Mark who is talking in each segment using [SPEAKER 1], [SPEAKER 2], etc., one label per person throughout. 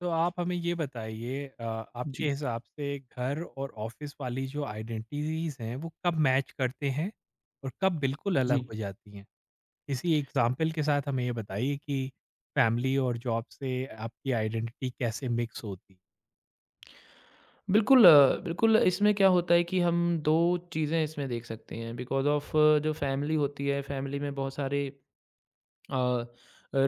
[SPEAKER 1] तो आप हमें ये बताइए आपके
[SPEAKER 2] जी,
[SPEAKER 1] हिसाब से घर और ऑफिस वाली जो आइडेंटिटीज हैं वो कब मैच करते हैं और कब बिल्कुल अलग
[SPEAKER 2] जी।
[SPEAKER 1] हो जाती हैं। किसी एग्जाम्पल के साथ हमें ये बताइए कि फैमिली और जॉब से आपकी आइडेंटिटी कैसे मिक्स होती है।
[SPEAKER 2] बिल्कुल बिल्कुल इसमें क्या होता है कि हम 2 चीज़ें इसमें देख सकते हैं बिकॉज़ ऑफ जो फैमिली होती है, फैमिली में बहुत सारे अ,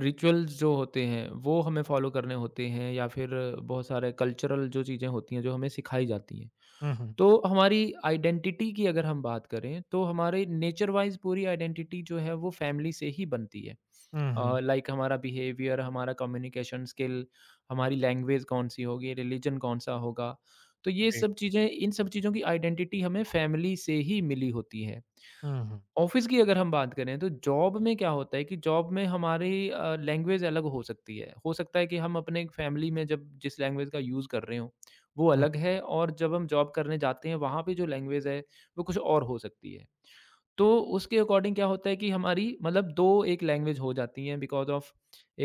[SPEAKER 2] रिचुअल्स जो होते हैं वो हमें फ़ॉलो करने होते हैं या फिर बहुत सारे कल्चरल जो चीज़ें होती हैं जो हमें सिखाई जाती हैं।
[SPEAKER 1] हम्म।
[SPEAKER 2] तो हमारी आइडेंटिटी की अगर हम बात करें तो हमारे नेचर वाइज़ पूरी आइडेंटिटी जो है वो फैमिली से ही बनती है।
[SPEAKER 1] हम्म।
[SPEAKER 2] लाइक हमारा बिहेवियर हमारा कम्युनिकेशन स्किल हमारी लैंग्वेज कौन सी होगी रिलीजन कौन सा होगा तो ये
[SPEAKER 1] जी।
[SPEAKER 2] सब चीज़ें इन सब चीज़ों की आइडेंटिटी हमें फैमिली से ही मिली होती है।
[SPEAKER 1] हम्म।
[SPEAKER 2] ऑफिस की अगर हम बात करें तो जॉब में क्या होता है कि जॉब में हमारी लैंग्वेज अलग हो सकती है। हो सकता है कि हम अपने फैमिली में जब जिस लैंग्वेज का यूज़ कर रहे हो वो
[SPEAKER 1] हम्म।
[SPEAKER 2] अलग है और जब हम जॉब करने जाते हैं वहाँ पे जो लैंग्वेज है वो कुछ और हो सकती है। तो उसके अकॉर्डिंग क्या होता है कि हमारी मतलब 2 एक लैंग्वेज हो जाती हैं बिकॉज़ ऑफ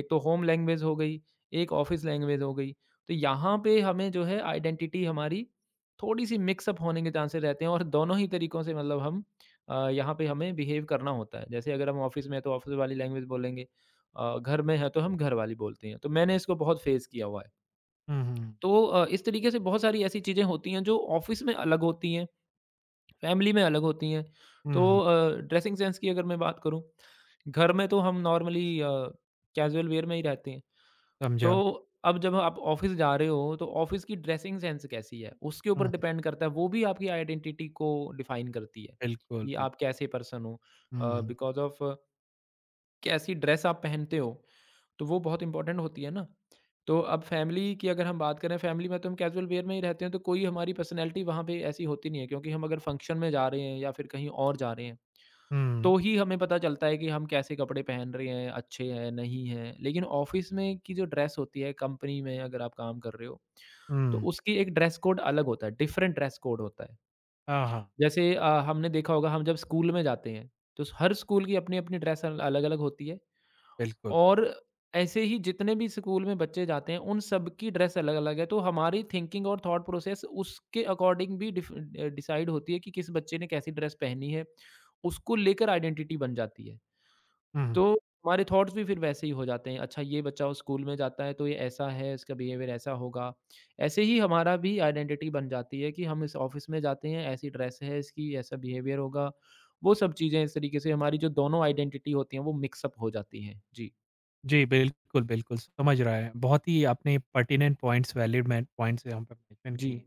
[SPEAKER 2] एक तो होम लैंग्वेज हो गई, एक ऑफ़िस लैंग्वेज हो गई। तो यहाँ पे हमें जो है आइडेंटिटी हमारी थोड़ी-सी मिक्स अप होने के चांसेस रहते हैं और दोनों ही तरीकों से मतलब हम यहाँ पे हमें बिहेव करना होता है। जैसे अगर हम ऑफ़िस में हैं तो ऑफ़िस वाली लैंग्वेज बोलेंगे, घर में हैं तो हम घर वाली बोलते हैं। तो मैंने इसको बहुत फ़ेस किया हुआ है।
[SPEAKER 1] हम्म।
[SPEAKER 2] तो इस तरीके से बहुत सारी ऐसी चीज़ें होती हैं जो ऑफ़िस में अलग होती हैं। फैमिली में अलग होती हैं। तो
[SPEAKER 1] हम्म,
[SPEAKER 2] ड्रेसिंग सेंस की अगर मैं बात करूँ, घर में तो हम नॉर्मली कैज़ुअल वियर में ही रहते हैं। तो
[SPEAKER 1] समझा।
[SPEAKER 2] अब जब आप ऑफ़िस जा रहे हो, तो ऑफ़िस की ड्रेसिंग सेंस कैसी है, उसके ऊपर
[SPEAKER 1] हम्म।
[SPEAKER 2] डिपेंड करता है। वो भी आपकी आइडेंटिटी को डिफ़ाइन करती है,
[SPEAKER 1] बिल्कुल,
[SPEAKER 2] कि
[SPEAKER 1] बिल्कुल।
[SPEAKER 2] आप कैसे पर्सन हो।
[SPEAKER 1] हम्म।
[SPEAKER 2] बिकॉज़ ऑफ़ कैसी ड्रेस आप पहनते हो तो वो बहुत इम्पोर्टेंट होती है ना। तो अब फ़ैमिली की अगर हम बात करें, फ़ैमिली में तो हम कैज़ुअल वियर में ही रहते हैं, तो कोई हमारी पर्सनैलिटी वहाँ पे ऐसी होती नहीं है क्योंकि हम अगर फंक्शन में जा रहे हैं या फिर कहीं और जा रहे हैं,
[SPEAKER 1] हम्म।
[SPEAKER 2] तो ही हमें पता चलता है कि हम कैसे कपड़े पहन रहे हैं, अच्छे हैं, नहीं हैं। लेकिन ऑफ़िस में की जो ड्रेस होती है, कंपनी में अगर आप काम कर रहे हो, तो
[SPEAKER 1] हम्म,
[SPEAKER 2] उसकी एक ड्रेस कोड अलग होता है, डिफ़रेंट ड्रेस कोड होता है।
[SPEAKER 1] हाँ हाँ।
[SPEAKER 2] जैसे हमने देखा होगा हम जब स्कूल में जाते हैं, तो स हर स्कूल की अपनी-अपनी ड्रेस अल अलग-अलग होती है।
[SPEAKER 1] बिल्कुल।
[SPEAKER 2] और ऐसे ही जितने भी स्कूल में बच्चे जाते हैं उन सब की ड्रेस अलग-अलग है। तो हमारी थिंकिंग और थॉट प्रोसेस उसके अकॉर्डिंग भी डिसाइड होती है कि किस बच्चे ने कैसी ड्रेस पहनी है। उसको लेकर आइडेंटिटी बन जाती है।
[SPEAKER 1] हम्म।
[SPEAKER 2] तो हमारे थॉट्स भी फिर वैसे ही हो जाते हैं। अच्छा ये बच्चा उस स्कूल में जाता है तो ये ऐसा है, इसका बिहेवियर ऐसा होगा। ऐसे ही हमारा भी आइडेंटिटी बन जाती है कि हम इस ऑफ़िस में जाते हैं, ऐसी ड्रेस है इसकी, ऐसा बिहेवियर होगा। वो सब चीज़ें इस तरीके से हमारी जो दोनों आइडेंटिटी होती हैं वो मिक्स अप हो जाती हैं। जी।
[SPEAKER 1] जी, बिल्कुल, बिल्कुल, समझ रहा है। बहुत ही आपने पर्टिनेंट पॉइंट्स, वैलिड में पॉइंट्स यहाँ पे मेंशन
[SPEAKER 2] जी।
[SPEAKER 1] किए हैं।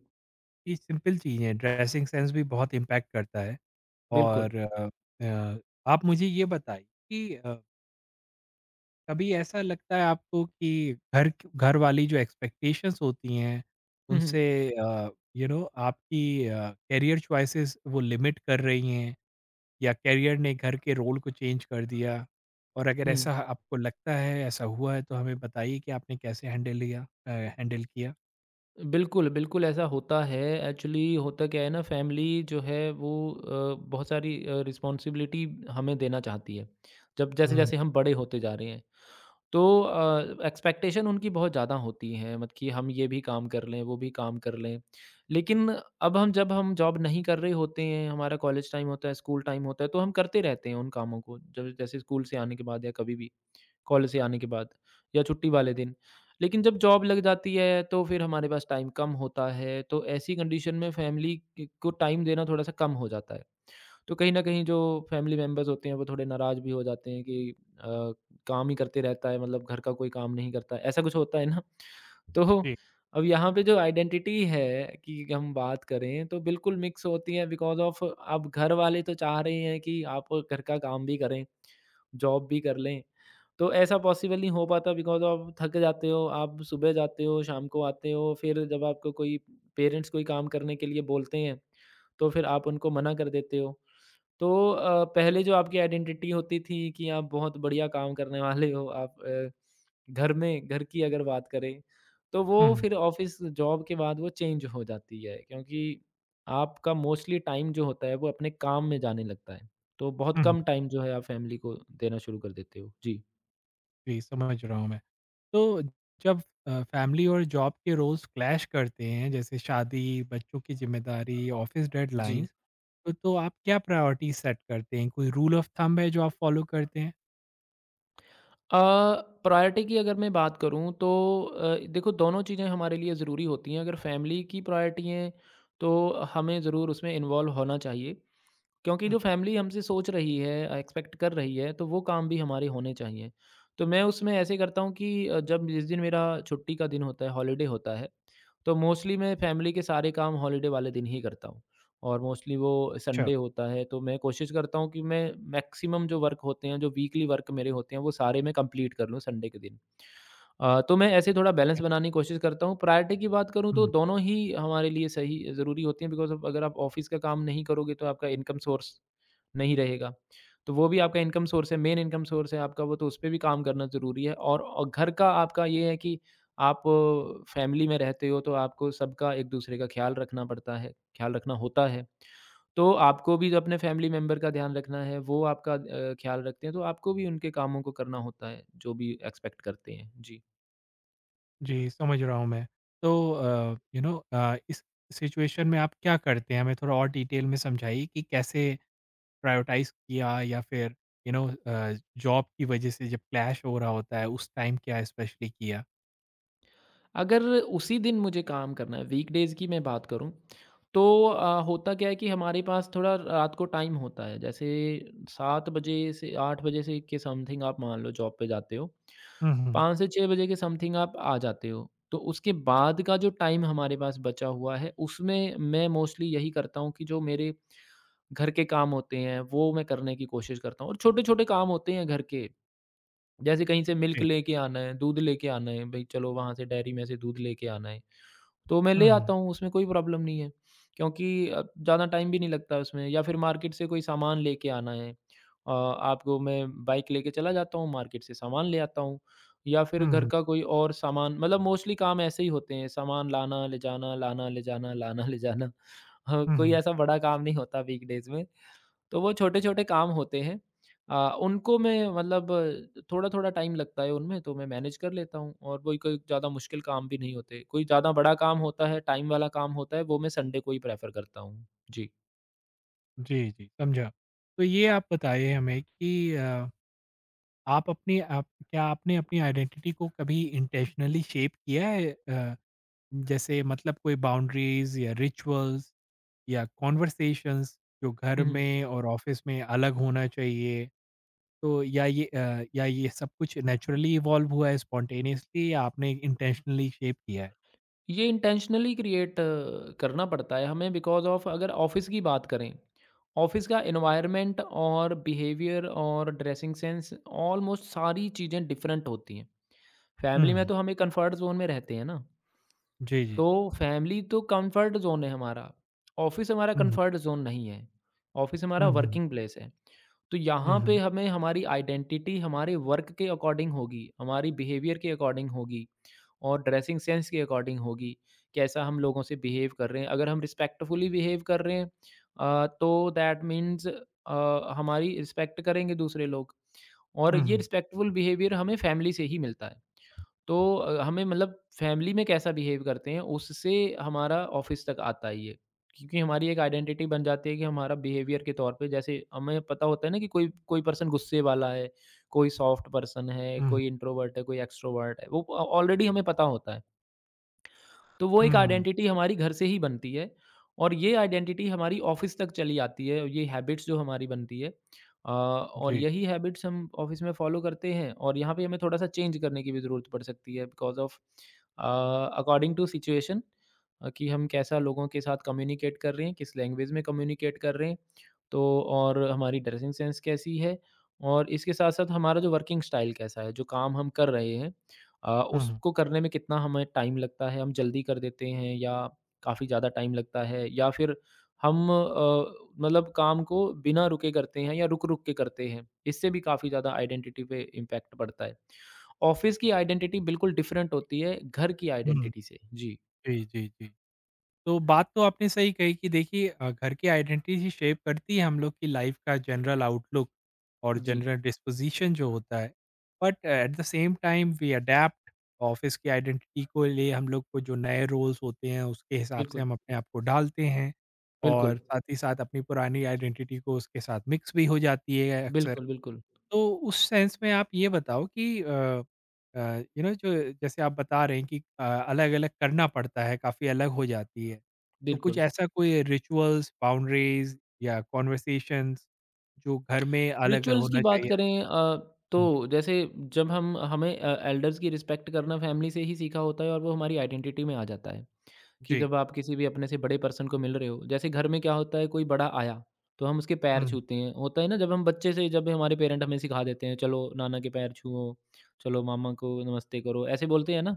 [SPEAKER 1] ये सिंपल चीज़ें हैं, ड्रेसिंग सेंस भी बहुत इम्पैक्ट करता है।
[SPEAKER 2] बिल्कुल।
[SPEAKER 1] और अ अ, आप मुझे ये बताइए कि कभी ऐसा लगता है आपको कि घर वाली जो एक्सपेक्टेशंस होती हैं,
[SPEAKER 2] हुँ, हुँ।
[SPEAKER 1] उनसे अ, यू नो आपकी करियर चॉइसेस वो लिमिट कर रही हैं या करियर ने घर के रोल को चेंज कर दिया? और अगर
[SPEAKER 2] हुँ।
[SPEAKER 1] ऐसा आपको लगता है, ऐसा हुआ है तो हमें बताइए कि आपने कैसे हैंडल किया?
[SPEAKER 2] बिल्कुल, बिल्कुल ऐसा होता है। एक्चुअली होता क्या है ना फैमिली जो है वो बहुत सारी रिस्पॉन्सिबिलिटी हमें देना चाहती है। जब
[SPEAKER 1] हुँ,
[SPEAKER 2] जैसे-जैसे हम बड़े होते जा रहे हैं, तो एक्सपेक्टेशन उनकी बहुत ज़्यादा होती है मत कि हम ये भी काम कर लें, वो भी काम कर लें। लेकिन अब हम जब हम जॉब नहीं कर रहे होते हैं, हमारा कॉलेज टाइम होता है, स्कूल टाइम होता है, तो हम करते रहते हैं उन कामों को। जब जैसे स्कूल से आने के बाद या कभी भी। कॉलेज से आने के बाद या छुट्टी वाले दिन। लेकिन जब जॉब लग जाती है तो फिर हमारे पास टाइम कम होता है, तो ऐसी कंडीशन में फैमिली क को टाइम देना थोड़ा-सा कम हो जाता है। तो कहीं न कहीं जो फैमिली मेंबर्स होते हैं वो थोड़े नाराज़ भी हो जाते हैं कि अ, काम ही करते रहता है मतलब घर का कोई काम नहीं करता है, ऐसा कुछ होता है ना। तो
[SPEAKER 1] जी।
[SPEAKER 2] अब यहाँ पे जो आइडेंटिटी है कि हम बात करें तो बिल्कुल मिक्स होती है बिकॉज़ ऑफ अब घर वाले तो चाह रहे हैं कि आप घर का काम भी करें, जॉब भी कर लें। तो ऐसा पॉसिबल नहीं हो पाता बिकॉज़ आप थक जाते हो, आप सुबह जाते हो, शाम को आते हो, फिर जब आपको कोई पेरेंट्स कोई काम करने के लिए बोलते हैं, तो फिर आप उनको मना कर देते हो। तो पहले जो आपकी आइडेंटिटी होती थी कि आप बहुत बढ़िया काम करने वाले हो, आप घर में घर की अगर बात करें, तो
[SPEAKER 1] हुँ,
[SPEAKER 2] वो
[SPEAKER 1] हुँ।
[SPEAKER 2] फिर ऑफ़िस जॉब के बाद वो चेंज हो जाती है क्योंकि आपका मोस्टली टाइम जो होता है वो अपने काम में जाने लगता है। तो बहुत
[SPEAKER 1] हुँ, हुँ।
[SPEAKER 2] कम टाइम जो है आप फ़ैमिली को देना शुरू कर देते हो। जी।
[SPEAKER 1] जी, समझ रहा हूँ मैं। तो जब फैमिली और जॉब के रोल्स क्लैश करते हैं जैसे शादी, बच्चों की ज़िम्मेदारी, ऑफ़िस
[SPEAKER 2] जी।
[SPEAKER 1] डेडलाइन्स, तो आप क्या प्रायोरिटी सेट करते हैं? कोई रूल ऑफ थंब है जो आप फॉलो करते हैं?
[SPEAKER 2] अ, प्रायोरिटी की अगर मैं बात करूँ तो देखो दोनों चीज़ें हमारे लिए ज़रूरी होती हैं। अगर फैमिली की प्रायोरिटी हैं तो हमें ज़रूर उसमें इन्वॉल्व होना चाहिए क्योंकि
[SPEAKER 1] हुँ।
[SPEAKER 2] जो फैमिली हमसे सोच रही है, एक्सपेक्ट कर रही है तो वो काम भी हमारे होने चाहिए। तो मैं उसमें ऐसे करता हूँ कि जब जिस दिन मेरा छुट्टी का दिन होता है, हॉलिडे होता है तो मोस्टली मैं फैमिली के सारे काम हॉलिडे वाले दिन ही करता हूँ और मोस्टली वो
[SPEAKER 1] अच्छा।
[SPEAKER 2] संडे होता है तो मैं कोशिश करता हूँ कि मैं मैक्सिमम जो वर्क होते हैं जो वीकली वर्क मेरे होते हैं वो सारे मैं कंप्लीट कर लूँ संडे के दिन। तो मैं ऐसे थोड़ा बैलेंस बनाने की कोशिश करता हूँ। प्रायोरिटी की बात करूँ तो
[SPEAKER 1] हुँ।
[SPEAKER 2] दोनों ही हमारे लिए सही ज़रूरी होती हैं बिकॉज अगर आप ऑफिस का काम नहीं करोगे तो आपका इनकम सोर्स नहीं रहेगा। तो वो भी आपका इनकम सोर्स है, मेन इनकम सोर्स है आपका वो तो उस पे भी काम करना ज़रूरी है और घर का आपका ये है कि आप फैमिली में रहते हो तो आपको सबका एक-दूसरे का ख़्याल रखना पड़ता है, ख़्याल रखना होता है। तो आपको भी अपने फैमिली मेंबर का ध्यान रखना है, वो आपका ख़्याल रखते हैं तो आपको भी उनके कामों को करना होता है, जो भी एक्सपेक्ट करते हैं। जी।
[SPEAKER 1] जी, समझ रहा हूँ मैं। तो यू नो इस सिचुएशन में आप क्या करते हैं? हमें थोड़ा और डिटेल में समझाइए कि कैसे प्रायोरटाइज़ किया या फिर यू नो जॉब की वज़ह से जब क्लैश हो रहा होता है, उस टाइम क्या स्पेशली किया?
[SPEAKER 2] अगर उसी दिन मुझे काम करना है, वीकडेज़ की मैं बात करूँ, तो होता क्या है कि हमारे पास थोड़ा रात को टाइम होता है। जैसे 7 बजे से 8 बजे से के समथिंग आप मान लो जॉब पे जाते हो।
[SPEAKER 1] हुँ, हुँ।
[SPEAKER 2] 5 से 6 बजे के समथिंग आप आ जाते हो। तो उसके बाद का जो टाइम हमारे पास बचा हुआ है, उसमें मैं मोस्टली यही करता हूँ कि जो मेरे घर के काम होते हैं, वो मैं करने की कोशिश करता हूँ और छोटे-छोटे काम होते हैं घर के। जैसे कहीं से मिल्क
[SPEAKER 1] जी।
[SPEAKER 2] लेके आना है, दूध लेके आना है, भई चलो वहाँ से डेयरी में से दूध लेके आना है। तो मैं
[SPEAKER 1] हुँ,
[SPEAKER 2] ले आता
[SPEAKER 1] हुँ।
[SPEAKER 2] हूँ, उसमें कोई प्रॉब्लम नहीं है क्योंकि ज़्यादा टाइम भी नहीं लगता उसमें या फिर मार्केट से कोई सामान लेके आना है। आपको मैं बाइक लेके चला जाता हूँ, मार्केट से सामान ले आता हूँ या फिर
[SPEAKER 1] हुँ,
[SPEAKER 2] घर
[SPEAKER 1] हुँ।
[SPEAKER 2] का कोई और सामान मतलब मोस्टली काम ऐसे ही होते हैं, सामान लाना, ले जाना, लाना, ले जाना, लाना, ले जाना। हाँ,
[SPEAKER 1] हुँ,
[SPEAKER 2] कोई
[SPEAKER 1] हुँ।
[SPEAKER 2] ऐसा बड़ा काम नहीं होता वीकडेज़ में तो वो छोटे-छोटे काम होते हैं। अ, उनको मैं मतलब थोड़ा-थोड़ा टाइम लगता है उनमें तो मैं मैनेज कर लेता हूँ और वही कोई ज़्यादा मुश्किल काम भी नहीं होते। कोई ज़्यादा बड़ा काम होता है, टाइम वाला काम होता है, वो मैं संडे को ही प्रेफ़र करता हूँ। जी।
[SPEAKER 1] जी, जी, समझा। तो ये आप बताइए हमें कि आप अपनी आप क्या आपने अपनी आइडेंटिटी को कभी इंटेंशनली शेप किया है? जैसे मतलब कोई बाउंड्रीज़ या रिचुअल्स? या कॉन्वर्सेशंस जो घर
[SPEAKER 2] हुँ।
[SPEAKER 1] में और ऑफिस में अलग होना चाहिए? तो या ये सब कुछ नेचुरली इवॉल्व हुआ है स्पॉन्टेनियसली या आपने इंटेंशनली शेप किया है?
[SPEAKER 2] ये इंटेंशनली क्रिएट करना पड़ता है हमें बिकॉज़ ऑफ अगर ऑफ़िस की बात करें, ऑफ़िस का एनवायरनमेंट और बिहेवियर और ड्रेसिंग सेंस ऑलमोस्ट सारी चीज़ें डिफरेंट होती हैं। फैमिली में
[SPEAKER 1] हुँ,
[SPEAKER 2] तो हम एक कम्फ़र्ट ज़ोन में रहते हैं ना।
[SPEAKER 1] जी, जी।
[SPEAKER 2] तो फैमिली तो कंफर्ट ज़ोन है हमारा। ऑफ़िस हमारा
[SPEAKER 1] हुँ, हुँ,
[SPEAKER 2] कंफर्ट ज़ोन नहीं है। ऑफ़िस हमारा
[SPEAKER 1] हुँ, हुँ,
[SPEAKER 2] वर्किंग प्लेस है। तो
[SPEAKER 1] हुँ,
[SPEAKER 2] यहाँ पे
[SPEAKER 1] हुँ,
[SPEAKER 2] हमें हमारी आइडेंटिटी हमारे वर्क के अकॉर्डिंग होगी, हमारी बिहेवियर के अकॉर्डिंग होगी और ड्रेसिंग सेंस के अकॉर्डिंग होगी। कैसा हम लोगों से बिहेव कर रहे हैं। अगर हम रिस्पेक्टफुली बिहेव कर रहे हैं तो दैट मीन्स हमारी रिस्पेक्ट करेंगे दूसरे लोग और ये
[SPEAKER 1] हुँ,
[SPEAKER 2] रिस्पेक्टफुल बिहेवियर हमें फैमिली से ही मिलता है। तो हमें मतलब फैमिली में कैसा बिहेव करते हैं उससे हमारा ऑफिस तक आता है ये क्योंकि हमारी एक आइडेंटिटी बन जाती है कि हमारा बिहेवियर के तौर पे जैसे हमें पता होता है ना कि कोई कोई पर्सन गुस्से वाला है कोई सॉफ्ट पर्सन है,
[SPEAKER 1] हुँ,
[SPEAKER 2] कोई इंट्रोवर्ट है, कोई एक्सट्रोवर्ट है, वो ऑलरेडी हमें पता होता है। तो वो एक
[SPEAKER 1] हुँ,
[SPEAKER 2] आइडेंटिटी हमारी घर से ही बनती है और ये आइडेंटिटी हमारी ऑफिस तक चली आती है, और ये हैबिट्स जो हमारी बनती है, और
[SPEAKER 1] जी,
[SPEAKER 2] यही हैबिट्स हम ऑफिस में फॉलो करते हैं। और यहाँ पे हमें थोड़ा सा चेंज करने की भी ज़रूरत पड़ सकती है, because of according to situation, कि हम कैसा लोगों के साथ कम्युनिकेट कर रहे हैं, किस लैंग्वेज में कम्युनिकेट कर रहे हैं, तो। और हमारी ड्रेसिंग सेंस कैसी है, और इसके साथ साथ हमारा जो वर्किंग स्टाइल कैसा है, जो काम हम कर रहे हैं,
[SPEAKER 1] हुँ,
[SPEAKER 2] उसको करने में कितना हमें टाइम लगता है, हम जल्दी कर देते हैं या काफ़ी ज़्यादा टाइम लगता है, या फिर हम मतलब काम को बिना रुके करते हैं या रुक-रुक के करते हैं। इससे भी काफ़ी ज़्यादा आइडेंटिटी पे इम्पैक्ट पड़ता है। ऑफ़िस की आइडेंटिटी बिल्कुल डिफरेंट होती है घर की
[SPEAKER 1] हुँ,
[SPEAKER 2] आइडेंटिटी से। जी,
[SPEAKER 1] जी, जी, जी। तो बात तो आपने सही कही कि देखिए घर की आइडेंटिटी शेप करती है हम लोग की लाइफ का जनरल आउटलुक और
[SPEAKER 2] जी,
[SPEAKER 1] जनरल डिस्पोजिशन जो होता है, but at the same time we adapt office की आइडेंटिटी को लिए हम लोग को जो नए रोल्स होते हैं उसके हिसाब से
[SPEAKER 2] बिल्कुल,
[SPEAKER 1] हम अपने आप को ढालते हैं और
[SPEAKER 2] बिल्कुल,
[SPEAKER 1] साथ ही साथ अपनी पुरानी आइडेंटिटी को उसके साथ मिक्स भी हो जाती है अक्सर।
[SPEAKER 2] बिल्कुल, बिल्कुल,
[SPEAKER 1] तो उस सेंस में आप ये बताओ कि यू नो जो जैसे आप बता रहे हैं कि अलग-अलग करना पड़ता है, काफ़ी अलग हो जाती है। तो कुछ
[SPEAKER 2] बिल्कुल।
[SPEAKER 1] ऐसा कोई रिचुअल्स, बाउंड्रीज़ या कॉन्वर्सेशंस जो घर में अलग
[SPEAKER 2] रिचुअल्स की
[SPEAKER 1] होना
[SPEAKER 2] बात
[SPEAKER 1] चाहिए?
[SPEAKER 2] करें
[SPEAKER 1] हुँ,
[SPEAKER 2] तो जैसे, जब हम हमें एल्डर्स की रिस्पेक्ट करना फैमिली से ही सीखा होता है, और वो हमारी आइडेंटिटी में आ जाता है। कि
[SPEAKER 1] जी।
[SPEAKER 2] जब आप किसी भी अपने से बड़े पर्सन को मिल रहे हो, जैसे घर में क्या होता है, कोई बड़ा आया तो हम उसके पैर
[SPEAKER 1] हुँ,
[SPEAKER 2] छूते हैं, होता है ना। जब हम बच्चे से, जब हमारे पेरेंट हमें सिखा देते हैं, चलो नाना के पैर छुओ, चलो मामा को नमस्ते करो, ऐसे बोलते हैं ना।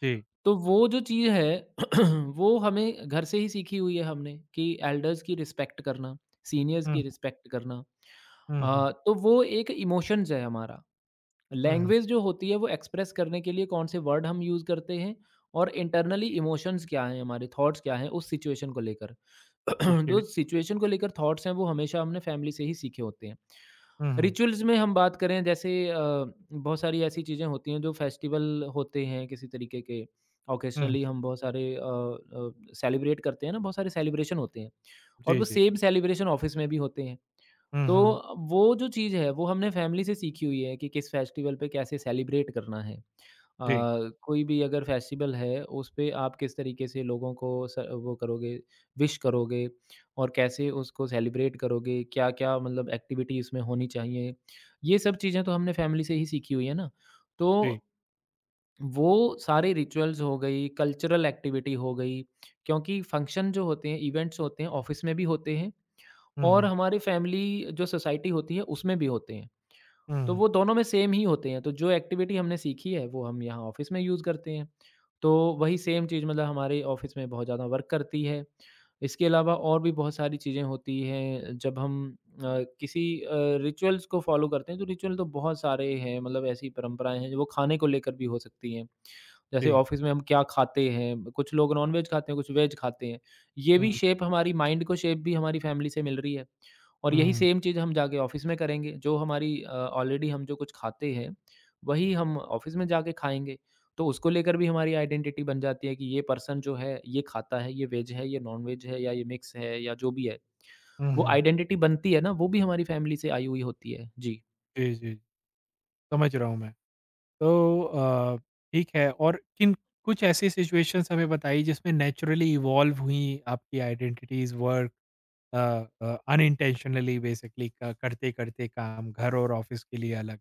[SPEAKER 1] जी।
[SPEAKER 2] तो वो जो चीज़ है वो हमें घर से ही सीखी हुई है हमने, कि एल्डर्स की रिस्पेक्ट करना, सीनियर्स
[SPEAKER 1] हुँ,
[SPEAKER 2] की रिस्पेक्ट करना।
[SPEAKER 1] हुँ, हुँ,
[SPEAKER 2] तो वो एक इमोशंस है हमारा।
[SPEAKER 1] हुँ,
[SPEAKER 2] लैंग्वेज जो होती है वो एक्सप्रेस करने के लिए कौन से वर्ड हम यूज़ करते हैं, और इंटरनली इमोशंस क्या हैं, हमारे थॉट्स क्या हैं उस सिचुएशन को लेकर।
[SPEAKER 1] ओके।
[SPEAKER 2] जो सिचुएशन को लेकर थॉट्स हैं, वो हमेशा हमने फैमिली से ही सीखे होते हैं।
[SPEAKER 1] हुँ, हुँ,
[SPEAKER 2] रिचुअल्स में हम बात करें, जैसे बहुत सारी ऐसी चीज़ें होती हैं, जो फेस्टिवल होते हैं किसी तरीके के,
[SPEAKER 1] हुँ,
[SPEAKER 2] ओकेशनली हम बहुत सारे सेलिब्रेट करते हैं ना, बहुत सारे सेलिब्रेशन होते हैं। और
[SPEAKER 1] जी,
[SPEAKER 2] वो
[SPEAKER 1] जी।
[SPEAKER 2] सेम सेलिब्रेशन ऑफिस में भी होते हैं।
[SPEAKER 1] हुँ,
[SPEAKER 2] तो
[SPEAKER 1] हुँ,
[SPEAKER 2] वो जो चीज़ है, वो हमने फैमिली से सीखी हुई है कि किस फेस्टिवल पे कैसे सेलिब्रेट करना है।
[SPEAKER 1] जी,
[SPEAKER 2] कोई भी अगर फेस्टिवल है, उस पे आप किस तरीके से लोगों को स वो करोगे, विश करोगे, और कैसे उसको सेलिब्रेट करोगे, क्या-क्या मतलब एक्टिविटी इसमें होनी चाहिए। ये सब चीज़ें तो हमने फैमिली से ही सीखी हुई है ना। तो
[SPEAKER 1] जी।
[SPEAKER 2] वो सारे रिचुअल्स हो गई, कल्चरल एक्टिविटी हो गई, क्योंकि फंक्शन जो होते हैं, इवेंट्स होते हैं, ऑफ़िस में भी होते हैं
[SPEAKER 1] हुँ,
[SPEAKER 2] और
[SPEAKER 1] हुँ,
[SPEAKER 2] हमारी फैमिली जो सोसाइटी होती है उसमें भी होते हैं। तो
[SPEAKER 1] हुँ,
[SPEAKER 2] वो दोनों में सेम ही होते हैं। तो जो एक्टिविटी हमने सीखी है, वो हम यहाँ ऑफ़िस में यूज़ करते हैं। तो वही सेम चीज़ मतलब हमारे ऑफ़िस में बहुत ज़्यादा वर्क करती है। इसके अलावा और भी बहुत सारी चीज़ें होती हैं, जब हम अ, किसी रिचुअल्स को फ़ॉलो करते हैं, तो रिचुअल तो बहुत सारे हैं, मतलब ऐसी परंपराएँ हैं जो वो खाने को लेकर भी हो सकती हैं। जैसे
[SPEAKER 1] जी।
[SPEAKER 2] ऑफ़िस में हम क्या खाते हैं, कुछ लोग नॉन-वेज खाते हैं, कुछ वेज खाते हैं। ये भी
[SPEAKER 1] हुँ,
[SPEAKER 2] शेप हमारी माइंड को, शेप भी हमारी फैमिली से मिल रही है। और यही
[SPEAKER 1] हुँ,
[SPEAKER 2] सेम चीज़ हम जाके ऑफ़िस में करेंगे, जो हमारी ऑलरेडी हम जो कुछ खाते हैं, वही हम ऑफ़िस में जाके खाएँगे। तो उसको लेकर भी हमारी आइडेंटिटी बन जाती है, कि ये पर्सन जो है, ये खाता है, ये वेज है, ये नॉन-वेज है या ये मिक्स है, या जो भी है।
[SPEAKER 1] हुँ,
[SPEAKER 2] वो
[SPEAKER 1] हुँ,
[SPEAKER 2] आइडेंटिटी बनती है ना, वो भी हमारी फैमिली से आई हुई होती है। जी।
[SPEAKER 1] जी, जी। समझ रहा हूँ मैं। तो ठीक है और किन कुछ ऐसी सिचुएशंस हमें बताइए जिसमें नेचुरली इवॉल्व हुई आपकी आइडेंटिटीज वर्क अनइंटेंशनली, बेसिकली करते करते काम घर और ऑफिस के लिए अलग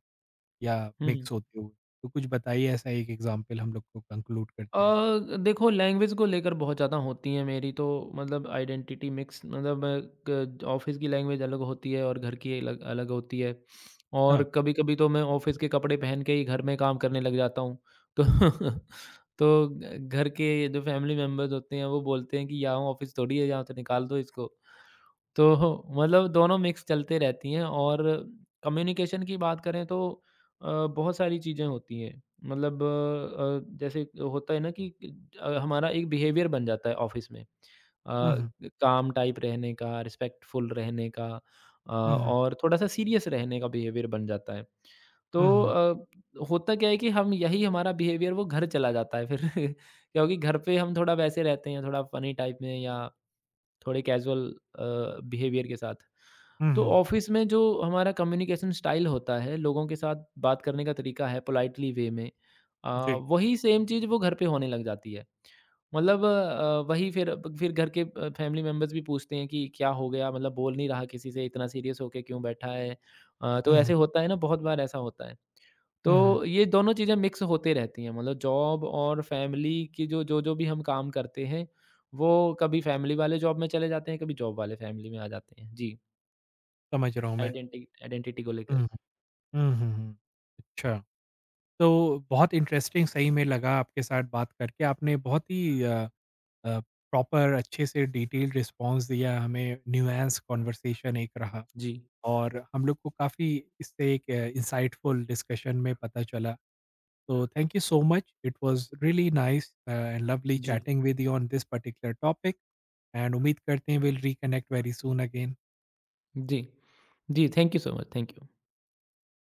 [SPEAKER 1] या
[SPEAKER 2] हुँ, हुँ।
[SPEAKER 1] मिक्स होते हुए। तो कुछ बताइए ऐसा एक एग्जांपल हम लोग को कंक्लूड करते हो।
[SPEAKER 2] देखो, लैंग्वेज को लेकर बहुत ज़्यादा होती है मेरी तो, मतलब आइडेंटिटी मिक्स, मतलब ऑफिस की लैंग्वेज अलग होती है और घर की अलग अलग होती है। और
[SPEAKER 1] हाँ।
[SPEAKER 2] कभी-कभी तो मैं ऑफिस के कपड़े पहन के ही घर में काम करने लग जाता हूँ, तो तो घर के जो फैमिली मेम्बर्स होते हैं वो बोलते हैं कि यहाँ ऑफिस थोड़ी है, यहाँ तो निकाल दो इसको। तो मतलब दोनों मिक्स चलते रहती हैं। और कम्युनिकेशन की बात करें तो बहुत सारी चीज़ें होती हैं, मतलब जैसे होता है ना कि हमारा एक बिहेवियर बन जाता है ऑफिस में,
[SPEAKER 1] हम्म।
[SPEAKER 2] काम टाइप रहने का, रिस्पेक्टफुल रहने का,
[SPEAKER 1] हम्म।
[SPEAKER 2] और थोड़ा सा सीरियस रहने का बिहेवियर बन जाता है। तो
[SPEAKER 1] हम्म।
[SPEAKER 2] होता क्या है कि हम, यही हमारा बिहेवियर वो घर चला जाता है फिर, क्योंकि घर पे हम थोड़ा वैसे रहते हैं, थोड़ा फनी टाइप में, या थोड़े कैज़ुअल बिहेवियर के साथ। तो
[SPEAKER 1] हम्म।
[SPEAKER 2] ऑफ़िस में जो हमारा कम्युनिकेशन स्टाइल होता है, लोगों के साथ बात करने का तरीका है पोलाइटली वे में, अ,
[SPEAKER 1] जी।
[SPEAKER 2] वही सेम चीज़ वो घर पे होने लग जाती है। मतलब वही फिर घर के फैमिली मेंबर्स भी पूछते हैं कि क्या हो गया? मतलब बोल नहीं रहा किसी से, इतना सीरियस होके क्यों बैठा है? तो
[SPEAKER 1] हम्म।
[SPEAKER 2] ऐसे होता है ना, बहुत बार ऐसा होता है।
[SPEAKER 1] हम्म।
[SPEAKER 2] तो ये दोनों चीज़ें मिक्स होते रहती हैं, मतलब जॉब और फैमिली की, जो जो जो भी हम काम करते हैं, वो कभी फैमिली वाले जॉब में चले जाते हैं, कभी जॉब वाले फैमिली में आ जाते हैं। जी,
[SPEAKER 1] समझ रहा हूँ मैं।
[SPEAKER 2] आइडेंटिटी को लेकर।
[SPEAKER 1] हम्म। हम्म। हम्म। अच्छा। तो बहुत इंटरेस्टिंग सही में लगा आपके साथ बात करके। आपने बहुत ही अ, प्रॉपर अच्छे से डिटेल्ड रिस्पॉन्स दिया, हमें न्यूएंस कॉन्वर्सेशन एक रहा
[SPEAKER 2] जी।
[SPEAKER 1] और हम लोग को काफ़ी इससे एक इंसाइटफुल डिस्कशन में पता चला। तो thank you so much, it was really nice and lovely
[SPEAKER 2] जी।
[SPEAKER 1] Chatting with you on this particular topic and उम्मीद करते हैं will reconnect very soon again.
[SPEAKER 2] जी। जी, thank you so much. Thank you.